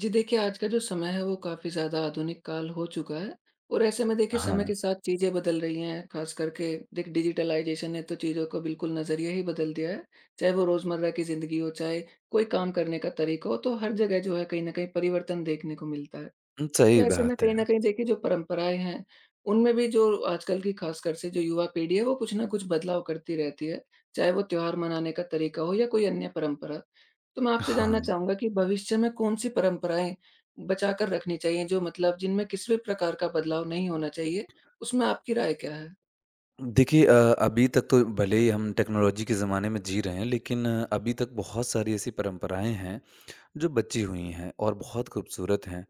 जी देखिए, आज का जो समय है वो काफ़ी ज़्यादा आधुनिक काल हो चुका है और ऐसे में देखिए समय हाँ, के साथ चीज़ें बदल रही हैं, ख़ास करके देख डिजिटलाइज़ेशन ने तो चीज़ों को बिल्कुल नज़रिया ही बदल दिया है। चाहे वो रोज़मर्रा की ज़िंदगी हो, चाहे कोई काम करने का तरीका हो, तो हर जगह जो है कहीं न कहीं परिवर्तन देखने को मिलता है। तो सही ऐसे में बात कहीं है। न कहीं देखिए जो परंपराएँ हैं, उनमें भी जो आजकल की ख़ासकर से जो युवा पीढ़ी है, वो कुछ न कुछ बदलाव करती रहती है, चाहे वो त्योहार मनाने का तरीका हो या कोई अन्य परंपरा। तो मैं आपसे जानना हाँ, चाहूँगा कि भविष्य में कौन-सी परंपराएँ बचाकर रखनी चाहिए जो मतलब जिनमें किसी भी प्रकार का बदलाव नहीं होना चाहिए, उसमें आपकी राय क्या है? देखिए अभी तक तो भले ही हम टेक्नोलॉजी के ज़माने में जी रहे हैं, लेकिन अभी तक बहुत सारी ऐसी परंपराएँ हैं, जो बची हुई हैं और बहुत खूबसूरत हैं।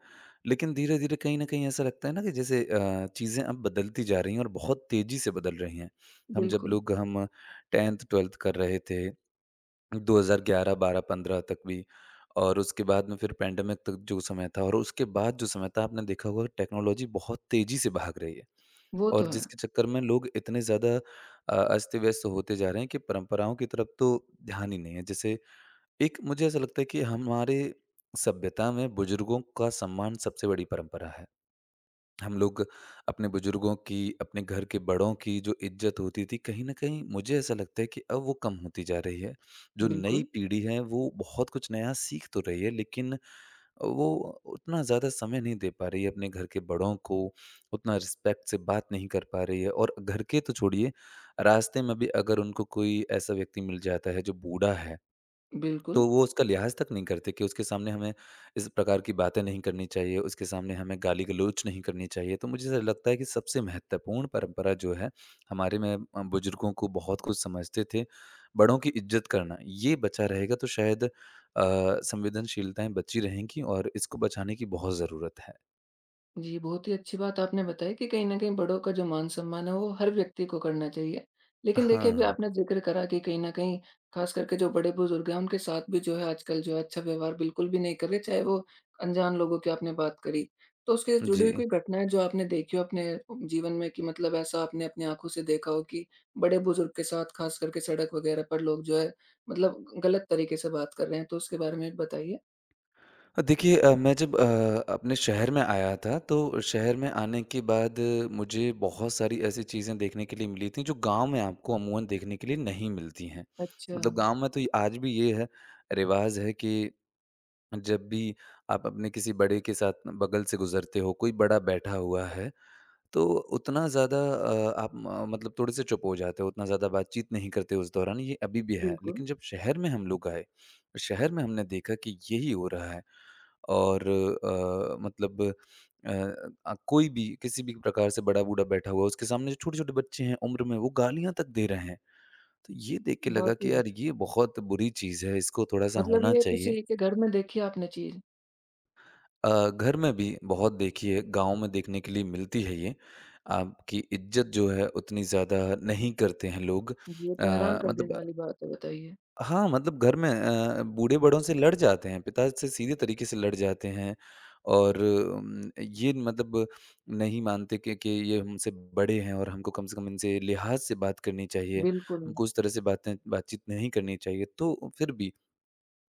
लेकिन धीरे-धीरे कहीं न कहीं ऐसा लगता है ना कि जैसे चीज़ें अब बदलती जा रही हैं और बहुत तेज़ी से बदल रही हैं। हम जब बिल्कुल, लोग हम 10th-12th कर रहे थे, 2011, 12, 15 तक भी और उसके बाद में फिर पैंडेमिक तक जो समय था और उसके बाद जो समय था आपने देखा होगा टेक्नोलॉजी बहुत तेज़ी से भाग रही है। वो तो और है। जिसके चक्कर में लोग इतने ज़्यादा अस्त-व्यस्त होते जा रहे हैं कि परंपराओं की तरफ तो ध्यान ही नहीं है। जैसे एक मुझे ऐसा लगता है कि हमारे सभ्यता में बुज़ुर्गों का सम्मान सबसे बड़ी परंपरा है। हम लोग अपने बुजुर्गों की, अपने घर के बड़ों की जो इज्जत होती थी, कहीं न कहीं मुझे ऐसा लगता है कि अब वो कम होती जा रही है। जो नई बिल्कुल, पीढ़ी है, वो बहुत कुछ नया सीख तो रही है, लेकिन वो उतना ज़्यादा समय नहीं दे पा रही है अपने घर के बड़ों को, उतना रिस्पेक्ट से बात नहीं कर पा रही है और घर के तो छोड़िए, रास्ते में भी अगर उनको कोई ऐसा व्यक्ति मिल जाता है जो बूढ़ा है, बिल्कुल। तो वो उसका लिहाज़ तक नहीं करते कि उसके सामने हमें इस प्रकार की बातें नहीं करनी चाहिए, उसके सामने हमें गाली-गलौच नहीं करनी चाहिए। तो मुझे ऐसा लगता है कि सबसे महत्वपूर्ण परंपरा जो है, हमारे में बुजुर्गों को बहुत कुछ समझते थे, बड़ों की इज़्ज़त करना, ये बचा रहेगा तो शायद संवेदनशीलताएँ बची रहेंगी और इसको बचाने की बहुत ज़रूरत है। जी, बहुत ही अच्छी बात आपने बताई कि कहीं न कहीं बड़ों का जो मान-सम्मान है, वो हर व्यक्ति को करना चाहिए। लेकिन देखिए, अभी हाँ, आपने ज़िक्र करा कि कहीं न कहीं ख़ास करके जो बड़े-बुज़ुर्ग हैं, उनके साथ भी जो है आजकल जो है अच्छा व्यवहार बिल्कुल भी नहीं कर रहे, चाहे वो अनजान लोगों की आपने बात करी। तो उसके जुड़ी जी। हुई कोई घटनाएँ जो आपने देखी हो अपने जीवन में कि मतलब ऐसा आपने अपनी आँखों से देखा हो कि बड़े-बुज़ुर्ग के साथ ख़ास करके सड़क वग़ैरह पर लोग जो है मतलब गलत तरीके से बात कर रहे हैं, तो उसके बारे में बताइए? हाँ, देखिए मैं जब अपने शहर में आया था तो शहर में आने के बाद मुझे बहुत सारी ऐसी चीज़ें देखने के लिए मिली थी जो गांव में आपको अमूमन देखने के लिए नहीं मिलती हैं। अच्छा, मतलब गांव में तो ये आज भी ये है रिवाज़ है कि जब भी आप अपने किसी बड़े के साथ बगल से गुज़रते हो, कोई बड़ा बैठा हुआ है तो उतना ज़्यादा आप म मतलब थोड़े से चुप हो जाते हो, उतना ज़्यादा बातचीत नहीं करते उस दौरान ये अभी भी है। बिल्कुल। लेकिन जब शहर में हम लोग आए, शहर में हमने देखा कि यही हो रहा है। और मतलब अ कोई भी किसी भी प्रकार से बड़ा-बूढ़ा बैठा हुआ है, उसके सामने जो छोटे-छोटे बच्चे हैं उम्र में, वो गालियाँ तक दे रहे हैं। तो ये देख के लगा बहुत कि ही यार ये बहुत बुरी चीज़ है, इसको थोड़ा-सा मतलब होना ये चाहिए। किसी के घर में देखी आपने चीज़? घर में भी बहुत देखिए गाँव में देखने के लिए मिलती है ये। आपकी इज़्ज़त जो है उतनी ज़्यादा नहीं करते हैं लोग। ये तो हैरान कर देने मतलब वाली बात है, बताइए। हाँ, मतलब घर में बूढ़े-बड़ों से लड़ जाते हैं, पिता से सीधे तरीके से लड़ जाते हैं और ये मतलब नहीं मानते कि ये हमसे बड़े हैं और हमको कम से कम इनसे लिहाज़ से बात करनी चाहिए, बिल्कुल, हमको उस तरह से बातें बातचीत नहीं करनी चाहिए। तो फिर भी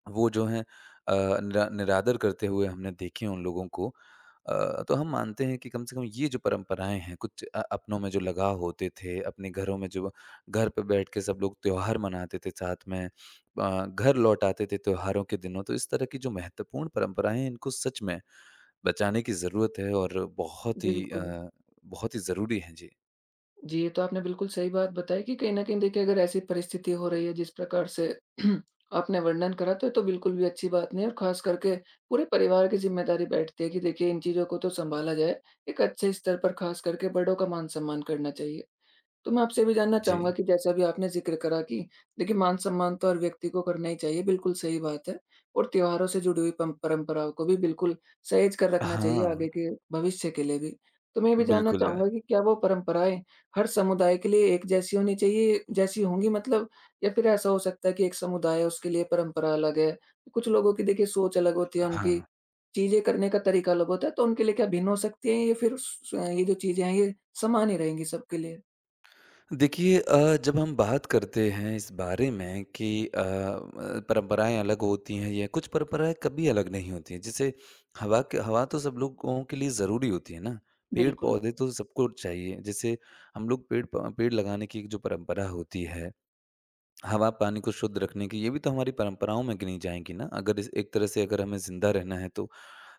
वो जो हैं अ, निरादर करते हुए हमने देखे उन लोगों को। तो हम मानते हैं कि कम से कम ये जो परंपराएँ हैं, कुछ अपनों में जो लगाव होते थे, अपने घरों में जो घर पे बैठ के सब लोग त्योहार मनाते थे साथ में, घर लौट आते थे त्योहारों के दिनों, तो इस तरह की जो महत्वपूर्ण परंपराएँ हैं, इनको सच में बचाने की ज़रूरत है और बिल्कुल। बहुत ही ज़रूरी है। जी। जी, ये तो आपने बिल्कुल सही बात बताई कि कहीं न कहीं देखिए अगर ऐसी परिस्थिति हो रही है जिस प्रकार से आपने वर्णन करा तो ये तो बिल्कुल भी अच्छी बात नहीं है और ख़ास करके पूरे परिवार की ज़िम्मेदारी बैठती है कि देखिए इन चीज़ों को तो सँभाला जाए। एक अच्छे स्तर पर ख़ास करके बड़ों का मान-सम्मान करना चाहिए। तो मैं आपसे ये भी जानना जी। चाहूँगा कि जैसे अभी आपने ज़िक्र करा कि देखिए मान-सम्मान तो हर व्यक्ति को करना ही चाहिए, बिल्कुल सही बात है और त्योहारों से जुड़ी हुई पम परंपराओं को भी बिल्कुल सहेज कर रखना चाहिए आगे हाँ, के भविष्य के लिए भी। तो मैं ये भी जानना बिल्कुल। चाहूँगा कि क्या वो परंपराएँ हर समुदाय के लिए एक जैसी होनी चाहिए जैसी होंगी मतलब या फिर ऐसा हो सकता है कि एक समुदाय है उसके लिए परंपरा अलग है? कुछ लोगों की देखिए सोच अलग होती है, उनकी हाँ। चीज़ें करने का तरीका अलग होता है, तो उनके लिए क्या भिन्न हो सकती हैं या फिर स ये जो चीज़ें हैं ये समान ही रहेंगी सबके लिए? देखिए जब हम बात करते हैं इस बारे में कि परंपराएं अलग होती हैं या कुछ परंपराएं कभी अलग नहीं होती हैं जैसे हवा तो सब लोगों के लिए ज़रूरी होती है ना। पेड़ बिल्कुल, पौधे तो सबको चाहिए जैसे हम लोग पेड़ लगाने की एक जो परंपरा होती है, हवा पानी को शुद्ध रखने की, ये भी तो हमारी परंपराओं में गिनी जाएंगी ना, अगर इस एक तरह से अगर हमें ज़िंदा रहना है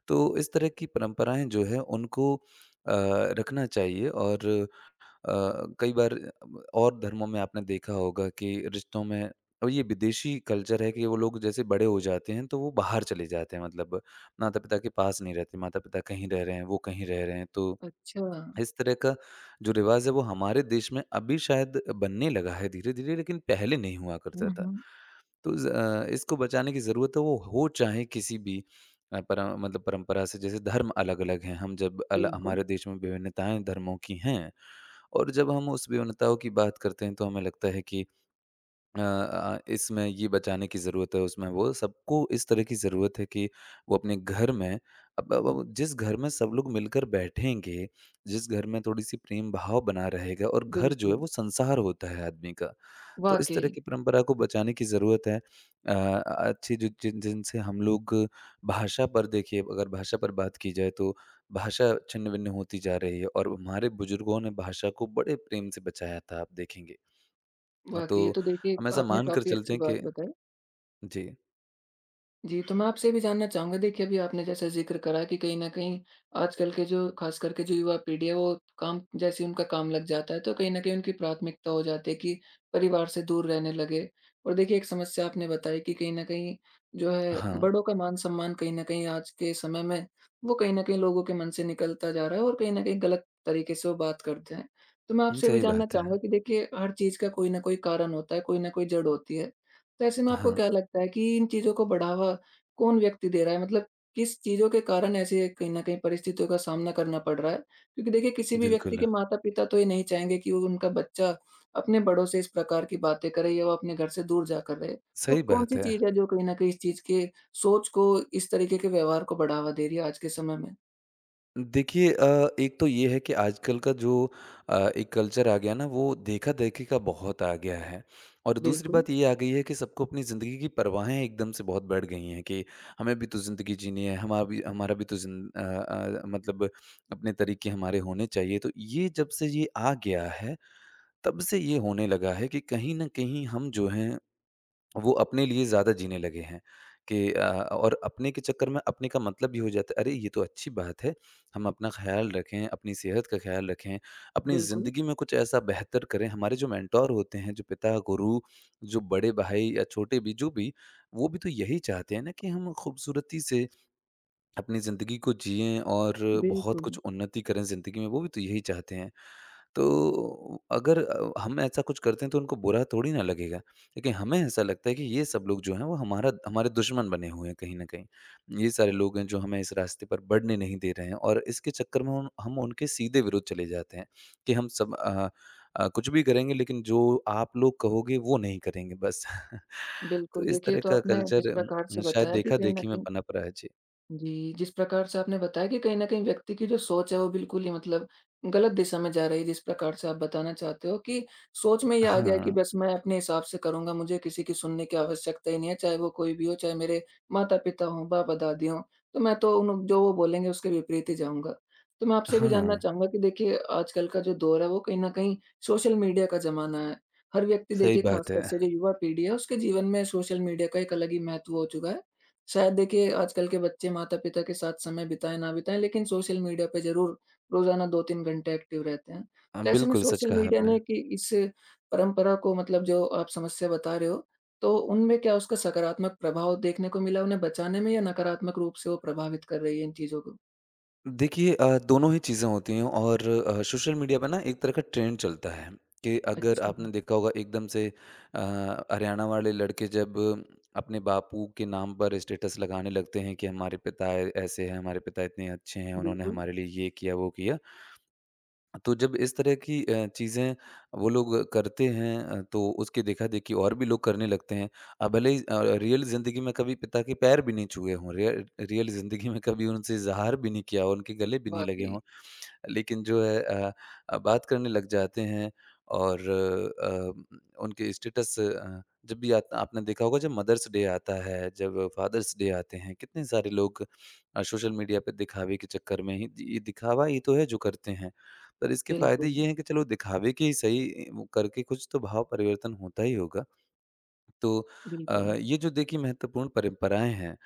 तो इस तरह की परंपराएं जो है उनको अ, रखना चाहिए और अ, कई बार अब और धर्मों में आपने देखा होगा कि रिश्तों में और ये विदेशी कल्चर है कि वो लोग जैसे बड़े हो जाते हैं तो वो बाहर चले जाते हैं मतलब माता-पिता के पास नहीं रहते, माता-पिता कहीं रह रहे हैं, वो कहीं रह रहे हैं, तो अच्छा। इस तरह का जो रिवाज़ है वो हमारे देश में अभी शायद बनने लगा है धीरे-धीरे लेकिन पहले नहीं हुआ करता हुँ, था। हुँ। तो इसको बचाने की ज़रूरत है, वो हो चाहे किसी भी अ, परा मतलब परंपरा से जैसे धर्म अलग-अलग हैं। हम जब अल बिल्कुल, हमारे देश में विभिन्नताएँ धर्मों की हैं और जब हम उस विभिन्नताओं की बात करते हैं तो हमें लगता है कि इसमें ये बचाने की ज़रूरत है, उसमें वो, सबको इस तरह की ज़रूरत है कि वो अपने घर में अब जिस घर में सब लोग मिलकर बैठेंगे, जिस घर में थोड़ी-सी प्रेम भाव बना रहेगा और घर जो है बिल्कुल। वो संसार होता है आदमी का। तो इस तरह वाक़ई, की परंपरा को बचाने की ज़रूरत है। अ, अच्छी जो जिन जिनसे हम लोग भाषा पर देखिए, अगर भाषा पर बात की जाए तो भाषा छिन्न-भिन्न होती जा रही है और हमारे बुजुर्गों ने भाषा को बड़े प्रेम से बचाया था, आप देखेंगे। हाँ, वाक़ई ये तो तो देखिए हम ऐसा आपने मान कर काफ़ी चलते अच्छी हैं कि बात बताई। जी, जी, तो मैं आपसे ये भी जानना चाहूँगा देखिए अभी आपने जैसा ज़िक्र करा कि कहीं न कहीं आजकल के जो ख़ास करके जो युवा पीढ़ी है वो काम जैसे ही उनका काम लग जाता है तो कहीं न कहीं उनकी प्राथमिकता हो जाती है कि परिवार से दूर रहने लगे। और देखिए एक समस्या आपने बताई कि कहीं न कहीं जो है हाँ। बड़ों का मान-सम्मान कहीं न कहीं आज के समय में वो कहीं न कहीं लोगों के मन से निकलता जा रहा है और कहीं न कहीं गलत तरीके से वो बात करते हैं। तो मैं हुँ, आपसे ये भी सही जानना बात है। चाहूँगा कि देखिए हर चीज़ का कोई न कोई कारण होता है, कोई न कोई जड़ होती है। तो ऐसे में आपको हाँ, क्या लगता है कि इन चीज़ों को बढ़ावा कौन व्यक्ति दे रहा है? मतलब किस चीज़ों के कारण ऐसे कहीं न कहीं परिस्थितियों का सामना करना पड़ रहा है? क्योंकि देखिए किसी भी व्यक्ति बिल्कुल, के माता-पिता तो ये नहीं चाहेंगे कि वो उनका बच्चा अपने बड़ों से इस प्रकार की बातें करे या वो अपने घर से दूर जाकर रहे। तो सही बात कौन-सी है। चीज़ है जो कहीं न कहीं इस चीज़ के सोच को, इस तरीके के व्यवहार को बढ़ावा दे रही है आज के समय में? देखिए एक तो ये है कि आजकल का जो एक कल्चर आ गया ना, वो देखा-देखी का बहुत आ गया है। और दूसरी बिल्कुल, बात ये आ गई है कि सबको अपनी ज़िंदगी की परवाहें एकदम से बहुत बढ़ गई हैं कि हमें भी तो ज़िंदगी जीनी है, हमारा भी तो ज़िन अ अ, मतलब अपने तरीके हमारे होने चाहिए। तो ये जब से ये आ गया है, तब से ये होने लगा है कि कहीं न कहीं हम जो हैं वो अपने लिए ज़्यादा जीने लगे हैं कि और अपने के चक्कर में अपने का मतलब भी हो जाता है, अरे ये तो अच्छी बात है, हम अपना ख्याल रखें, अपनी सेहत का ख्याल रखें, अपनी बिल्कुल, ज़िंदगी में कुछ ऐसा बेहतर करें, हमारे जो मेंटोर होते हैं, जो पिता, गुरु, जो बड़े भाई या छोटे, भी जो भी, वो भी तो यही चाहते हैं ना कि हम खूबसूरती से अपनी ज़िंदगी को जिएं और बहुत बिल्कुल, कुछ उन्नति करें ज़िंदगी में, वो भी तो यही चाहते हैं। तो अगर हम ऐसा कुछ करते हैं तो उनको बुरा थोड़ी ना लगेगा। लेकिन हमें ऐसा लगता है कि ये सब लोग जो हैं वो हमारा हमारे दुश्मन बने हुए हैं कहीं न कहीं। ये सारे लोग हैं जो हमें इस रास्ते पर बढ़ने नहीं दे रहे हैं और इसके चक्कर में उन हम उनके सीधे विरुद्ध चले जाते हैं कि हम सब कुछ भी करेंगे लेकिन जो आप लोग कहोगे वो नहीं करेंगे बस। तो बिल्कुल। इस देखिए, तरह तो का आपने जिस कल्चर प्रकार से शायद बताया कि कहीं न देखा-देखी में कहीं पनप रहा है। जी। जी, जिस प्रकार से आपने बताया कि कहीं न कहीं व्यक्ति की जो सोच है वो बिल्कुल ही मतलब गलत दिशा में जा रही है जिस प्रकार से आप बताना चाहते हो कि सोच में ये आ गया है कि हाँ, बस मैं अपने हिसाब से करूँगा, मुझे किसी की सुनने की आवश्यकता ही नहीं है, चाहे वो कोई भी हो, चाहे मेरे माता-पिता हों, बाबा-दादी हों, तो मैं तो उन जो वो बोलेंगे उसके विपरीत ही जाऊँगा। तो मैं आपसे भी जानना हाँ, चाहूँगा कि देखिए आजकल का जो दौर है वो कहीं न कहीं सोशल मीडिया का ज़माना है। हर व्यक्ति सही देखिए बात ख़ासकर है। से जो युवा पीढ़ी है उसके जीवन में सोशल मीडिया का एक अलग ही महत्व हो चुका है। शायद देखिए आजकल के बच्चे माता-पिता के साथ समय बिताएँ, ना बिताएँ लेकिन सोशल मीडिया पे ज़रूर रोज़ाना 2-3 घंटे एक्टिव रहते हैं। तो ऐसे में बिल्कुल सच सोशल कहा मीडिया आपने। ने कि इस परंपरा को मतलब जो आप समस्या बता रहे हो, तो उनमें क्या उसका सकारात्मक प्रभाव देखने को मिला उन्हें बचाने में या नकारात्मक रूप से वो प्रभावित कर रही है इन चीज़ों को? देखिए दोनों ही चीज़ें होती हैं और सोशल मीडिया पे ना एक तरह का ट्रेंड चलता है कि, अगर अच्छा, आपने देखा होगा एकदम से अ, हरियाणा वाले लड़के जब अपने बापू के नाम पर स्टेटस लगाने लगते हैं कि हमारे पिता ऐसे हैं, हमारे पिता इतने अच्छे हैं, उन्होंने बिल्कुल, हमारे लिए ये किया वो किया। तो जब इस तरह की चीज़ें वो लोग करते हैं तो उसकी देखा-देखी और भी लोग करने लगते हैं। भले ही रियल ज़िंदगी में कभी पिता के पैर भी नहीं छुए हों, रियल ज़िंदगी में कभी उनसे इज़हार भी नहीं किया हो, उनके गले भी नहीं लगे वाक़ई, हों, लेकिन जो है बात करने लग जाते हैं। और उनके स्टेटस जब भी आता, आपने देखा होगा जब मदर्स डे आता है, जब फादर्स डे आते हैं, कितने सारे लोग सोशल मीडिया पे दिखावे के चक्कर में ही, ये दिखावा ही तो है जो करते हैं। पर इसके फ़ायदे बिल्कुल, ये हैं कि चलो दिखावे के ही सही, वो करके कुछ तो भाव परिवर्तन होता ही होगा। तो अ, बिल्कुल। ये जो देखिए महत्वपूर्ण परंपराएँ हैं,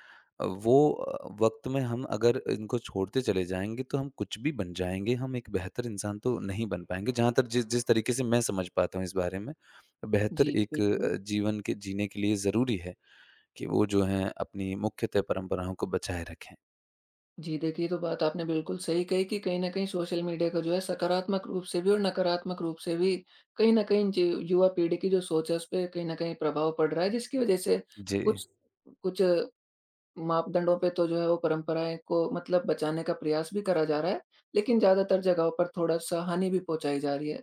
वो वक़्त में हम अगर इनको छोड़ते चले जाएँगे तो हम कुछ भी बन जाएँगे, हम एक बेहतर इंसान तो नहीं बन पाएँगे। जहाँ तक जिस जिस तरीके से मैं समझ पाता हूँ इस बारे में, बेहतर जी, एक बिल्कुल। जीवन के जीने के लिए ज़रूरी है कि वो जो हैं अपनी मुख्यतः परंपराओं को बचाए रखें। जी, देखिए ये तो बात आपने बिल्कुल सही कही कि कहीं न कहीं सोशल मीडिया का जो है सकारात्मक रूप से भी और नकारात्मक रूप से भी कहीं न कहीं ज युवा पीढ़ी की जो सोच है उसपे कहीं न कहीं प्रभाव पड़ रहा है जिसकी वज़ह से जी। कुछ कुछ मापदंडों पे तो जो है वो परंपराएँ को मतलब बचाने का प्रयास भी करा जा रहा है, लेकिन ज़्यादातर जगहों पर थोड़ा-सा हानि भी पहुँचाई जा रही है।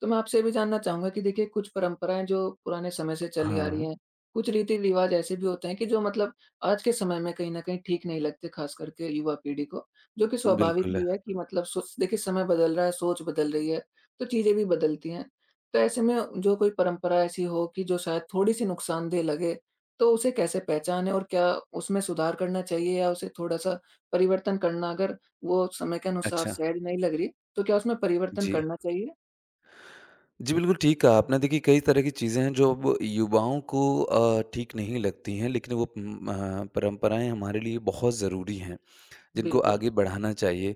तो मैं आपसे ये भी जानना चाहूँगा कि देखिए कुछ परंपराएँ जो पुराने समय से चली आ रही हाँ, हैं, कुछ रीति-रिवाज ऐसे भी होते हैं कि जो मतलब आज के समय में कहीं न कहीं ठीक नहीं लगते, ख़ास करके युवा पीढ़ी को, जो कि स्वाभाविक बिल्कुल। भी है कि मतलब सोच देखिए समय बदल रहा है, सोच बदल रही है, तो चीज़ें भी बदलती हैं। तो ऐसे में जो कोई परंपरा ऐसी हो कि जो शायद थोड़ी-सी नुकसानदेह लगे तो उसे कैसे पहचानें और क्या उसमें सुधार करना चाहिए या उसे थोड़ा-सा परिवर्तन करना अगर वो समय के अनुसार अच्छा, सहज नहीं लग रही, तो क्या उसमें परिवर्तन जी। करना चाहिए? जी, बिल्कुल ठीक कहा आपने। देखिए कई तरह की चीज़ें हैं जो अब युवाओं को ठीक नहीं लगती हैं, लेकिन वो परंपराएँ हमारे लिए बहुत ज़रूरी हैं, जिनको बिल्कुल। आगे बढ़ाना चाहिए।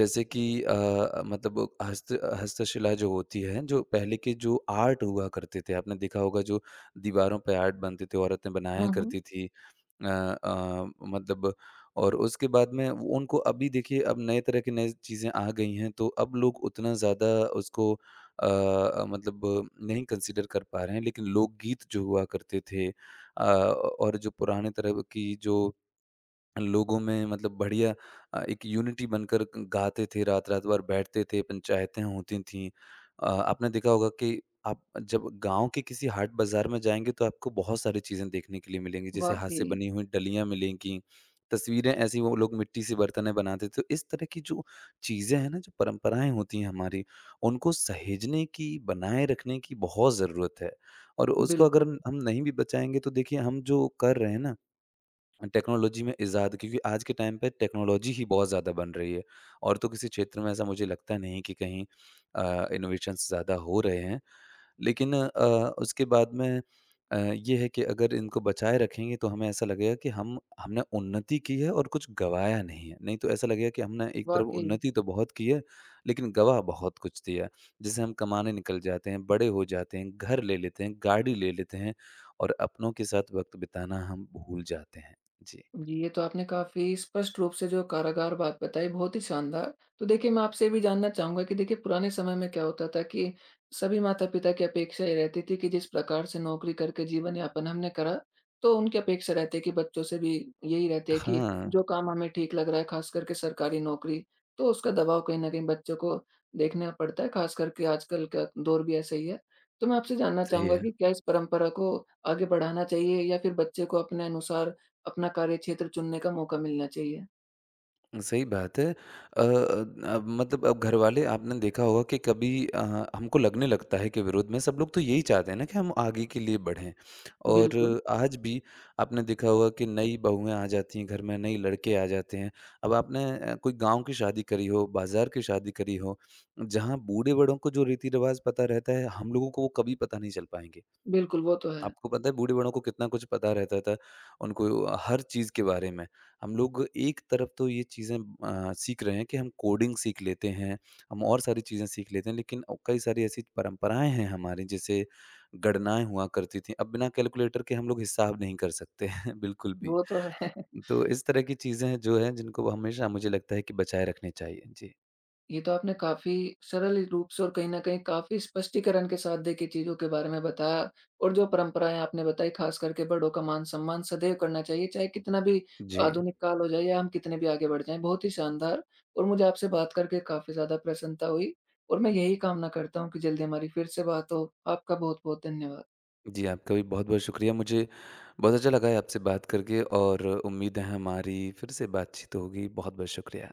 जैसे कि हस्तशिला जो होती है, जो पहले के जो आर्ट हुआ करते थे, आपने देखा होगा जो दीवारों पे आर्ट बनते थे, औरतें बनाया हुँ, हुँ। करती थी। अ अ, मतलब और उसके बाद में उनको अभी देखिए अब नए तरह की नई चीज़ें आ गई हैं, तो अब लोग उतना ज़्यादा उसको नहीं कंसीडर कर पा रहे हैं। लेकिन लोकगीत जो हुआ करते थे, और जो पुराने तरह की जो लोगों में मतलब बढ़िया एक यूनिटी बनकर ग गाते थे, रात-रात भर बैठते थे, पंचायतें होती थीं। आपने देखा होगा कि आप जब गाँव के किसी हाट बाज़ार में जाएँगे तो आपको बहुत सारी चीज़ें देखने के लिए मिलेंगी, जैसे हाथ वाक़ई, से बनी हुई डलियाँ मिलेंगी, तस्वीरें, ऐसी वो लोग मिट्टी से बर्तनें बनाते थे। तो इस तरह की जो चीज़ें हैं ना, जो परंपराएँ होती हैं हमारी, उनको सहेजने की, बनाए रखने की बहुत ज़रूरत है, और उसको अगर बिल्कुल, हम नहीं भी बचाएँगे तो देखिए हम जो कर रहे हैं ना टेक्नोलॉजी में इज़ाद, क्योंकि आज के टाइम पे टेक्नोलॉजी ही बहुत ज़्यादा बन रही है और तो किसी क्षेत्र में ऐसा मुझे लगता नहीं कि कहीं इनोवेशंस ज़्यादा हो रहे हैं। लेकिन उसके बाद में ये है कि अगर इनको बचाए रखेंगे तो हमें ऐसा लगेगा कि हम हमने उन्नति की है और कुछ गँवाया नहीं है। नहीं तो ऐसा लगेगा कि हमने एक तरफ वाक़ई। उन्नति तो बहुत की है, लेकिन गँवा बहुत कुछ दिया है। जैसे हम कमाने निकल जाते हैं, बड़े हो जाते हैं, घर ले लेते हैं, गाड़ी ले लेते हैं और अपनों के साथ वक़्त बिताना हम भूल जाते हैं। जी। जी, ये तो आपने काफ़ी स्पष्ट रूप से जो कारागार बात बताई, बहुत ही शानदार। तो देखिए, मैं आपसे ये भी जानना चाहूँगा कि देखिए, पुराने समय में क्या होता था कि सभी माता-पिता की अपेक्षा ये रहती थी कि जिस प्रकार से नौकरी करके जीवन यापन हमने करा, तो उनकी अपेक्षा रहती है कि बच्चों से भी यही रहती है कि हाँ, जो काम हमें ठीक लग रहा है, खास करके सरकारी नौकरी, तो उसका दबाव कहीं न कहीं बच्चों को देखना पड़ता है, खास करके आजकल का दौर भी ऐसा ही है। तो मैं आपसे जानना सही चाहूँगा है। कि क्या इस परंपरा को आगे बढ़ाना चाहिए या फिर बच्चे को अपने अनुसार अपना कार्यक्षेत्र चुनने का मौका मिलना चाहिए। सही बात है। अब मतलब अब घरवाले, आपने देखा होगा कि कभी हमको लगने लगता है कि विरोध में, सब लोग तो यही चाहते हैं ना कि हम आगे के लिए बढ़ें। और बिल्कुल, आज भी आपने देखा होगा कि नई बहुएँ आ जाती हैं घर में, नए लड़के आ जाते हैं। अब आपने कोई गाँव की शादी करी हो, बाज़ार की शादी करी हो, जहाँ बूढ़े-बड़ों को जो रीति-रिवाज़ पता रहता है, हम लोगों को वो कभी पता नहीं चल पाएँगे। बिल्कुल, वो तो है। आपको पता है बूढ़े-बड़ों को कितना कुछ पता रहता था, उनको हर चीज़ के बारे में। हम लोग एक तरफ तो ये चीज़ें सीख रहे हैं कि हम कोडिंग सीख लेते हैं, हम और सारी चीज़ें सीख लेते हैं, लेकिन कई सारी ऐसी परंपराएँ हैं हमारी, जैसे गणनाएँ हुआ करती थीं, अब बिना कैलकुलेटर के हम लोग हिसाब नहीं कर सकते हैं बिल्कुल भी। वो तो है। तो इस तरह की चीज़ें हैं जो हैं जिनको हमेशा मुझे लगता है कि बचाए रखनी चाहिए। जी। ये तो आपने काफ़ी सरल रूप से और कहीं न कहीं काफ़ी स्पष्टीकरण के साथ देखिए चीज़ों के बारे में बताया और जो परंपराएँ आपने बताई ख़ास करके बड़ों का मान-सम्मान सदैव करना चाहिए, चाहे कितना भी जी। आधुनिक काल हो जाए या हम कितने भी आगे बढ़ जाएँ। बहुत ही शानदार और मुझे आपसे बात करके काफ़ी ज़्यादा प्रसन्नता हुई और मैं यही कामना करता हूँ कि जल्दी हमारी फिर से बात हो। आपका बहुत-बहुत धन्यवाद। जी, आपका भी बहुत-बहुत शुक्रिया। मुझे बहुत अच्छा लगा है आपसे बात करके और उम्मीद है हमारी फिर से बातचीत होगी। बहुत-बहुत शुक्रिया।